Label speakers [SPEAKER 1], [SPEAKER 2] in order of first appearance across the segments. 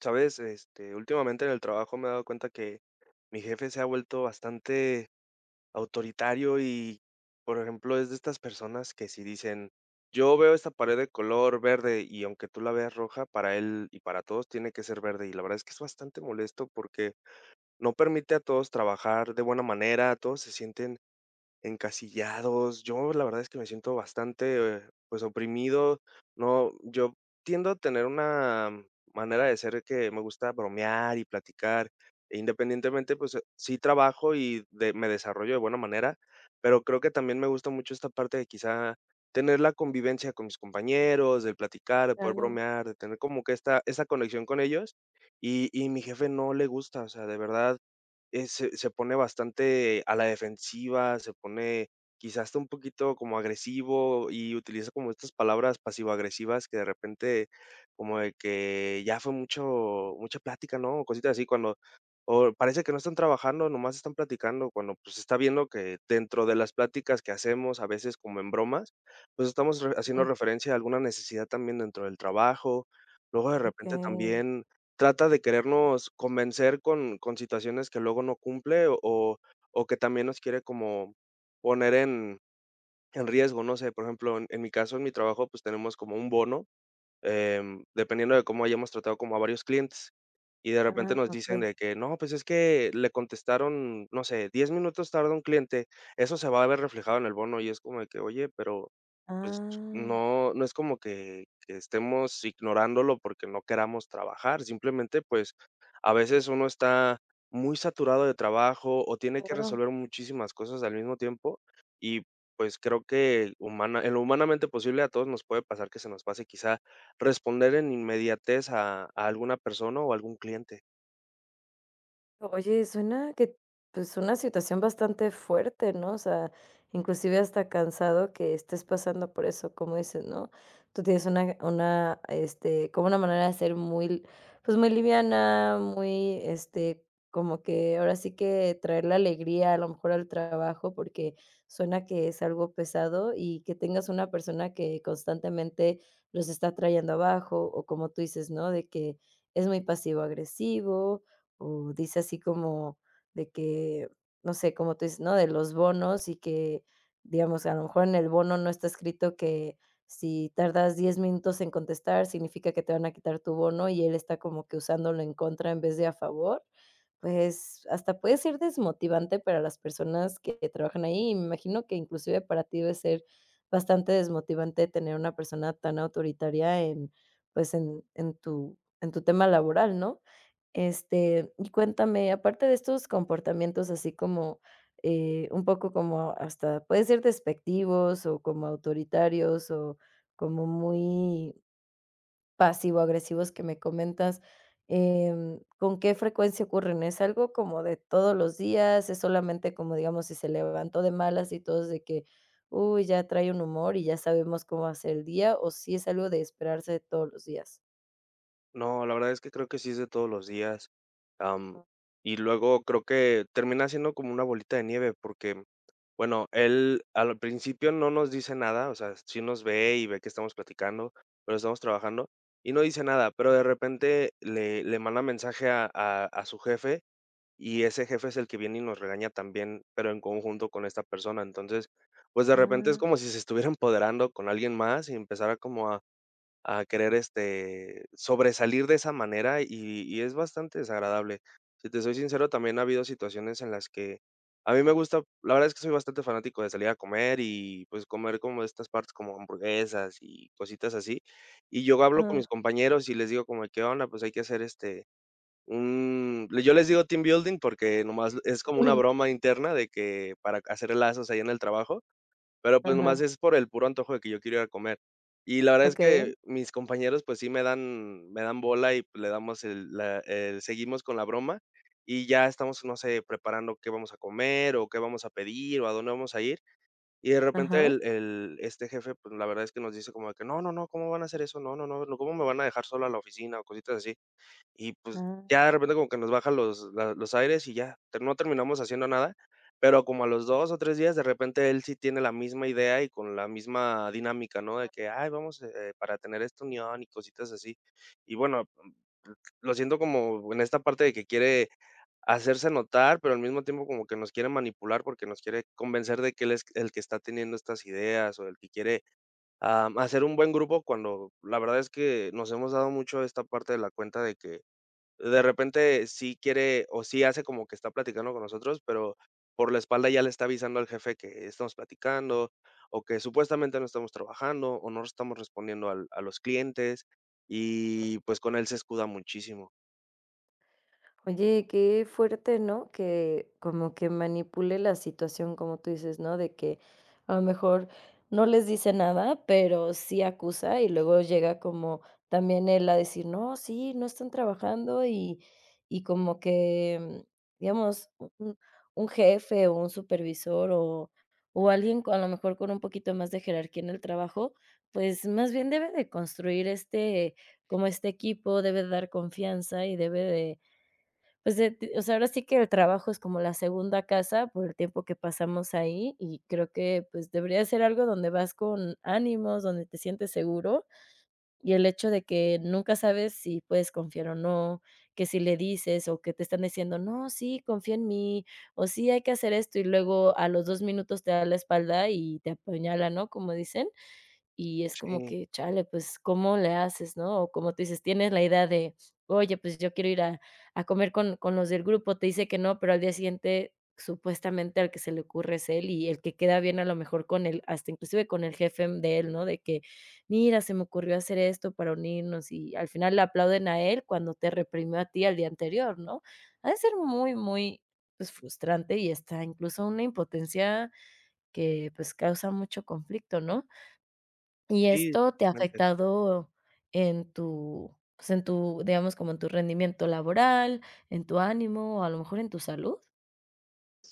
[SPEAKER 1] Sabes, este, últimamente en el trabajo me he dado cuenta que mi jefe se ha vuelto bastante autoritario y, por ejemplo, es de estas personas que si dicen, yo veo esta pared de color verde y aunque tú la veas roja, para él y para todos tiene que ser verde. Y la verdad es que es bastante molesto porque no permite a todos trabajar de buena manera, todos se sienten encasillados. Yo la verdad es que me siento bastante, pues, oprimido. No, yo tiendo a tener una manera de ser que me gusta bromear y platicar. E independientemente, pues, sí trabajo y de me desarrollo de buena manera, pero creo que también me gusta mucho esta parte de quizá tener la convivencia con mis compañeros, del platicar, de poder
[SPEAKER 2] Claro.
[SPEAKER 1] bromear, de tener como que esta esa conexión con ellos, y mi jefe no le gusta, o sea, de verdad se pone bastante a la defensiva, se pone quizás hasta un poquito como agresivo y utiliza como estas palabras pasivo-agresivas que de repente como de que ya fue mucho mucha plática, ¿no? O cositas así cuando o parece que no están trabajando, nomás están platicando, cuando, pues, está viendo que dentro de las pláticas que hacemos, a veces como en bromas, pues, estamos re haciendo
[SPEAKER 2] Mm.
[SPEAKER 1] referencia a alguna necesidad también dentro del trabajo. Luego de repente
[SPEAKER 2] Okey.
[SPEAKER 1] también trata de querernos convencer con situaciones que luego no cumple o o que también nos quiere como poner en riesgo, no sé, por ejemplo, en mi caso, en mi trabajo, pues tenemos como un bono, dependiendo de cómo hayamos tratado como a varios clientes. Y de repente
[SPEAKER 2] Ah,
[SPEAKER 1] nos dicen
[SPEAKER 2] okey.
[SPEAKER 1] de que: "No, pues es que le contestaron, no sé, 10 minutos tarda un cliente, eso se va a ver reflejado en el bono". Y es como de que: "Oye, pero, pues,
[SPEAKER 2] Ah.
[SPEAKER 1] no es como que estemos ignorándolo porque no queramos trabajar". Simplemente, pues, a veces uno está muy saturado de trabajo o tiene que
[SPEAKER 2] Claro.
[SPEAKER 1] resolver muchísimas cosas al mismo tiempo y, pues, creo que humana en lo humanamente posible a todos nos puede pasar que se nos pase quizá responder en inmediatez a alguna persona o algún cliente.
[SPEAKER 2] Oye, suena pues, una situación bastante fuerte, ¿no? O sea, inclusive hasta cansado que estés pasando por eso, como dices, ¿no? Tú tienes una como una manera de ser muy, pues, muy liviana, muy como que ahora sí que traer la alegría a lo mejor al trabajo, porque suena que es algo pesado y que tengas una persona que constantemente los está trayendo abajo, o como tú dices, ¿no? De que es muy pasivo-agresivo, o dice así como de que, no sé, como tú dices, ¿no? De los bonos y que, digamos, a lo mejor en el bono no está escrito que si tardas 10 minutos en contestar, significa que te van a quitar tu bono y él está como que usándolo en contra en vez de a favor, pues hasta puede ser desmotivante para las personas que trabajan ahí. Y me imagino que inclusive para ti debe ser bastante desmotivante tener una persona tan autoritaria en, pues en tu tema laboral, ¿no? Este, y cuéntame, aparte de estos comportamientos así como, un poco como hasta pueden ser despectivos o como autoritarios o como muy pasivo-agresivos que me comentas, ¿con qué frecuencia ocurren? ¿Es algo como de todos los días? ¿Es solamente como, digamos, si se levantó de malas y todos de que, uy, ya trae un humor y ya sabemos cómo va el día? ¿O sí es algo de esperarse todos los días?
[SPEAKER 1] No, la verdad es que creo que sí es de todos los días, am, y luego creo que termina siendo como una bolita de nieve, porque, bueno, él al principio no nos dice nada, o sea, sí nos ve y ve que estamos platicando, pero estamos trabajando, y no dice nada, pero de repente le manda mensaje a su jefe. Y ese jefe es el que viene y nos regaña también, pero en conjunto con esta persona. Entonces, pues, de repente es
[SPEAKER 2] Ah.
[SPEAKER 1] como si se estuviera empoderando con alguien más y empezara como a querer, este, sobresalir de esa manera, y es bastante desagradable. Si te soy sincero, también ha habido situaciones en las que a mí me gusta, la verdad es que soy bastante fanático de salir a comer y, pues, comer como de estas partes como hamburguesas y cositas así. Y yo hablo con mis
[SPEAKER 2] Ajá.
[SPEAKER 1] compañeros y les digo como: "¿Qué onda? Pues hay que hacer, este, Mm, le yo les digo team building", porque nomás es como una broma interna de que para hacer lazos ahí en el trabajo, pero, pues, nomás
[SPEAKER 2] Ajá,
[SPEAKER 1] es por el puro antojo de que yo quiero ir a comer. Y la verdad es
[SPEAKER 2] okey.
[SPEAKER 1] que mis compañeros, pues, sí me dan bola y, pues, le damos el la el seguimos con la broma y ya estamos, no sé, preparando qué vamos a comer o qué vamos a pedir o a dónde vamos a ir, y de repente
[SPEAKER 2] Ajá.
[SPEAKER 1] el este jefe, pues, la verdad es que nos dice como de que: "No, no, no, ¿cómo van a hacer eso? No, no, no, no, ¿cómo me van a dejar solo a la oficina?", o cositas así. Y, pues,
[SPEAKER 2] Ah.
[SPEAKER 1] ya de repente como que nos baja los aires y ya, te no terminamos haciendo nada, pero como a los 2 o 3 días, de repente él sí tiene la misma idea y con la misma dinámica, ¿no? De que: "Ay, vamos, para tener esta unión", y cositas así. Y bueno, lo siento como en esta parte de que quiere hacerse notar, pero al mismo tiempo como que nos quiere manipular, porque nos quiere convencer de que él es el que está teniendo estas ideas o el que quiere, hacer un buen grupo, cuando la verdad es que nos hemos dado mucho esta parte de la cuenta de que de repente sí quiere o sí hace como que está platicando con nosotros, pero por la espalda ya le está avisando al jefe que estamos platicando o que supuestamente no estamos trabajando o no estamos respondiendo al a los clientes y, pues, con él se escuda muchísimo.
[SPEAKER 2] Oye, qué fuerte, ¿no? Que como que manipule la situación, como tú dices, ¿no? De que a lo mejor no les dice nada, pero sí acusa y luego llega como también él a decir, no, sí, no están trabajando y como que, digamos, un, un jefe o un supervisor o alguien con- a lo mejor con un poquito más de jerarquía en el trabajo, pues más bien debe de construir este, como este equipo, debe de dar confianza y debe de pues, de t o sea, ahora sí que el trabajo es como la segunda casa por el tiempo que pasamos ahí, y creo que, pues, debería ser algo donde vas con ánimos, donde te sientes seguro, y el hecho de que nunca sabes si puedes confiar o no, que si le dices o que te están diciendo: "No, sí, confía en mí", o "Sí, hay que hacer esto", y luego a los 2 minutos te da la espalda y te apuñala, ¿no?, como dicen. Y es como
[SPEAKER 1] Sí,
[SPEAKER 2] que, chale, pues, ¿cómo le haces?, ¿no? O como tú dices, tienes la idea de, oye, pues, yo quiero ir a comer con los del grupo, te dice que no, pero al día siguiente, supuestamente, al que se le ocurre es él y el que queda bien a lo mejor con él, hasta inclusive con el jefe de él, ¿no? De que, mira, se me ocurrió hacer esto para unirnos y al final le aplauden a él cuando te reprimió a ti al día anterior, ¿no? Ha de ser muy, muy, pues, frustrante y está incluso una impotencia que, pues, causa mucho conflicto, ¿no? ¿Y
[SPEAKER 1] sí,
[SPEAKER 2] esto te ha afectado en tu, pues, en tu, digamos, como en tu rendimiento laboral, en tu ánimo, o a lo mejor en tu salud?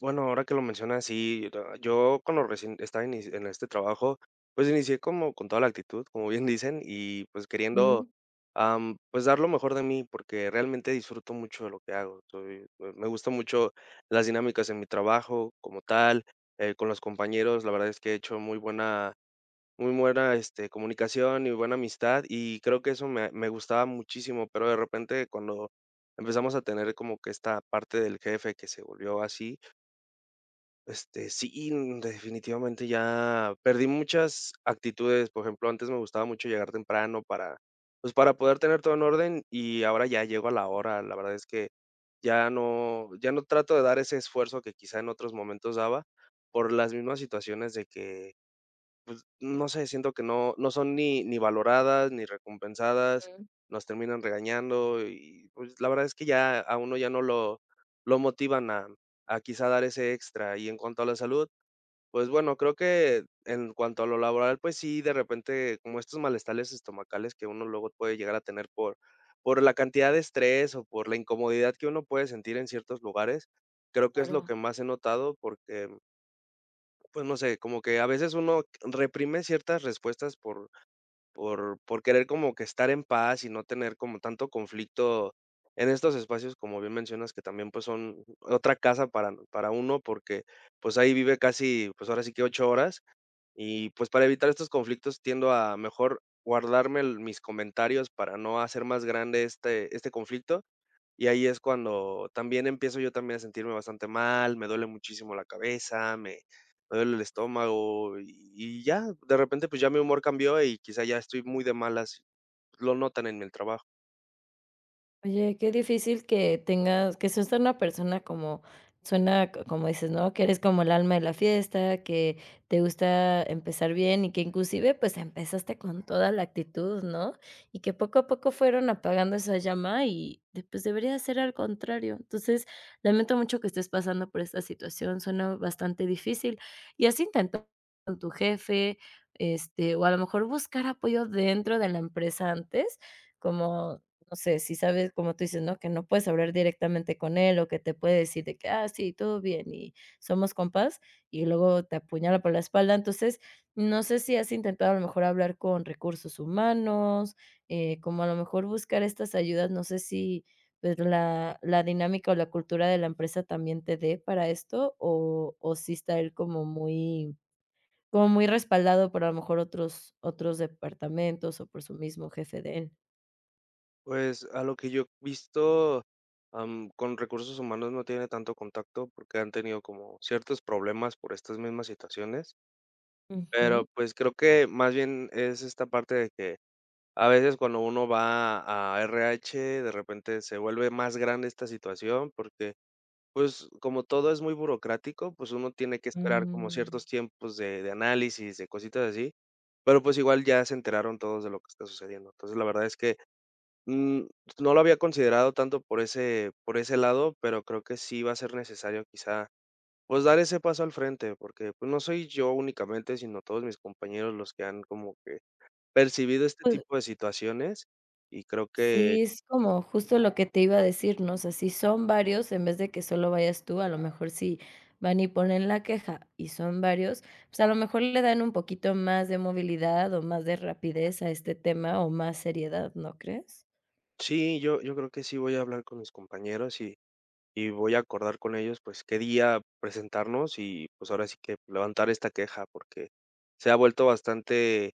[SPEAKER 1] bueno, ahora que lo mencionas, sí, yo cuando recién estaba en este trabajo, pues inicié como con toda la actitud, como bien dicen, y pues
[SPEAKER 2] Mm.
[SPEAKER 1] queriendo, pues dar lo mejor de mí, porque realmente disfruto mucho de lo que hago. Me gusta mucho las dinámicas en mi trabajo como tal, con los compañeros, la verdad es que he hecho muy buena, este, comunicación y buena amistad, y creo que eso me gustaba muchísimo, pero de repente cuando empezamos a tener como que esta parte del jefe que se volvió así, este, sí, definitivamente ya perdí muchas actitudes. Por ejemplo, antes me gustaba mucho llegar temprano para, pues, para poder tener todo en orden y ahora ya llego a la hora. La verdad es que ya no, ya no trato de dar ese esfuerzo que quizá en otros momentos daba por las mismas situaciones de que, no sé, siento que no son ni valoradas ni recompensadas,
[SPEAKER 2] Mm,
[SPEAKER 1] nos terminan regañando y pues, la verdad es que ya a uno ya no lo, lo motivan a quizá dar ese extra. Y en cuanto a la salud, pues bueno, creo que en cuanto a lo laboral, pues sí, de repente, como estos malestares estomacales que uno luego puede llegar a tener por la cantidad de estrés o por la incomodidad que uno puede sentir en ciertos lugares, creo que es lo
[SPEAKER 2] claro.
[SPEAKER 1] que más he notado porque, pues no sé, como que a veces uno reprime ciertas respuestas por querer como que estar en paz y no tener como tanto conflicto en estos espacios, como bien mencionas, que también pues son otra casa para uno porque pues ahí vive casi, pues ahora sí que ocho horas y, pues, para evitar estos conflictos tiendo a mejor guardarme el mis comentarios para no hacer más grande este conflicto, y ahí es cuando también empiezo yo también a sentirme bastante mal, me duele muchísimo la cabeza, me duele el estómago, y ya, de repente, pues, ya mi humor cambió y quizá ya estoy muy de malas, lo notan en el trabajo.
[SPEAKER 2] Oye, qué difícil que tengas que seas una persona como suena c como dices, ¿no? Que eres como el alma de la fiesta, que te gusta empezar bien y que inclusive, pues, empezaste con toda la actitud, ¿no? Y que poco a poco fueron apagando esa llama y de pues, debería ser al contrario. Entonces, lamento mucho que estés pasando por esta situación, suena bastante difícil. ¿Y has intentado con tu jefe, este, o a lo mejor buscar apoyo dentro de la empresa antes? Como no sé, si sabes, como tú dices, ¿no? Que no puedes hablar directamente con él o que te puede decir de que: "Ah, sí, todo bien y somos compas", y luego te apuñala por la espalda. Entonces, no sé si has intentado a lo mejor hablar con recursos humanos, como a lo mejor buscar estas ayudas, no sé si, pues, la dinámica o la cultura de la empresa también te dé para esto, o si está él como muy respaldado por a lo mejor otros departamentos o por su mismo jefe de él.
[SPEAKER 1] Pues, a lo que yo he visto, con recursos humanos no tiene tanto contacto porque han tenido como ciertos problemas por estas mismas situaciones. Pero,
[SPEAKER 2] Ujú.
[SPEAKER 1] pues, creo que más bien es esta parte de que a veces cuando uno va a RH, de repente se vuelve más grande esta situación porque, pues, como todo es muy burocrático, pues, uno tiene que esperar como
[SPEAKER 2] Mm,
[SPEAKER 1] ciertos tiempos de análisis, de cositas así, pero, pues, igual ya se enteraron todos de lo que está sucediendo. Entonces, la verdad es que, mm, no lo había considerado tanto por ese lado, pero creo que sí va a ser necesario quizá pues dar ese paso al frente, porque, pues, no soy yo únicamente, sino todos mis compañeros los que han como que percibido este
[SPEAKER 2] pues
[SPEAKER 1] tipo de situaciones, y creo que
[SPEAKER 2] sí, es como justo lo que te iba a decir, ¿no? O sea, si son varios, en vez de que solo vayas tú, a lo mejor si van y ponen la queja y son varios, pues a lo mejor le dan un poquito más de movilidad o más de rapidez a este tema o más seriedad, ¿no crees?
[SPEAKER 1] sí, yo creo que sí voy a hablar con mis compañeros y voy a acordar con ellos, pues, qué día presentarnos y, pues, ahora sí que levantar esta queja, porque se ha vuelto bastante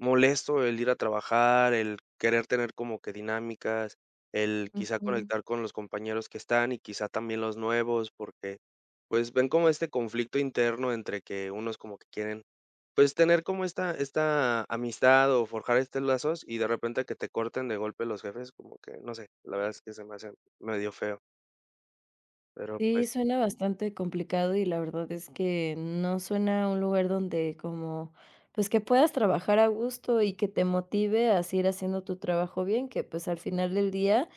[SPEAKER 1] molesto el ir a trabajar, el querer tener como que dinámicas, el quizá
[SPEAKER 2] Ujú.
[SPEAKER 1] conectar con los compañeros que están y quizá también los nuevos, porque, pues, ven como este conflicto interno entre que unos como que quieren, pues, tener como esta amistad o forjar estos lazos y de repente que te corten de golpe los jefes, como que, no sé, la verdad es que se me hace medio feo, pero,
[SPEAKER 2] Sí,
[SPEAKER 1] pues,
[SPEAKER 2] suena bastante complicado y la verdad es que no suena a un lugar donde como, pues que puedas trabajar a gusto y que te motive a seguir haciendo tu trabajo bien, que pues al final del día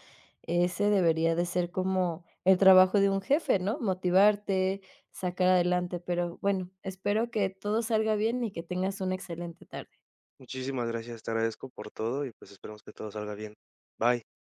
[SPEAKER 2] ese debería de ser como el trabajo de un jefe, ¿no? Motivarte, sacar adelante, pero bueno, espero que todo salga bien y que tengas una excelente tarde.
[SPEAKER 1] muchísimas gracias, te agradezco por todo y, pues, esperemos que todo salga bien. Bye.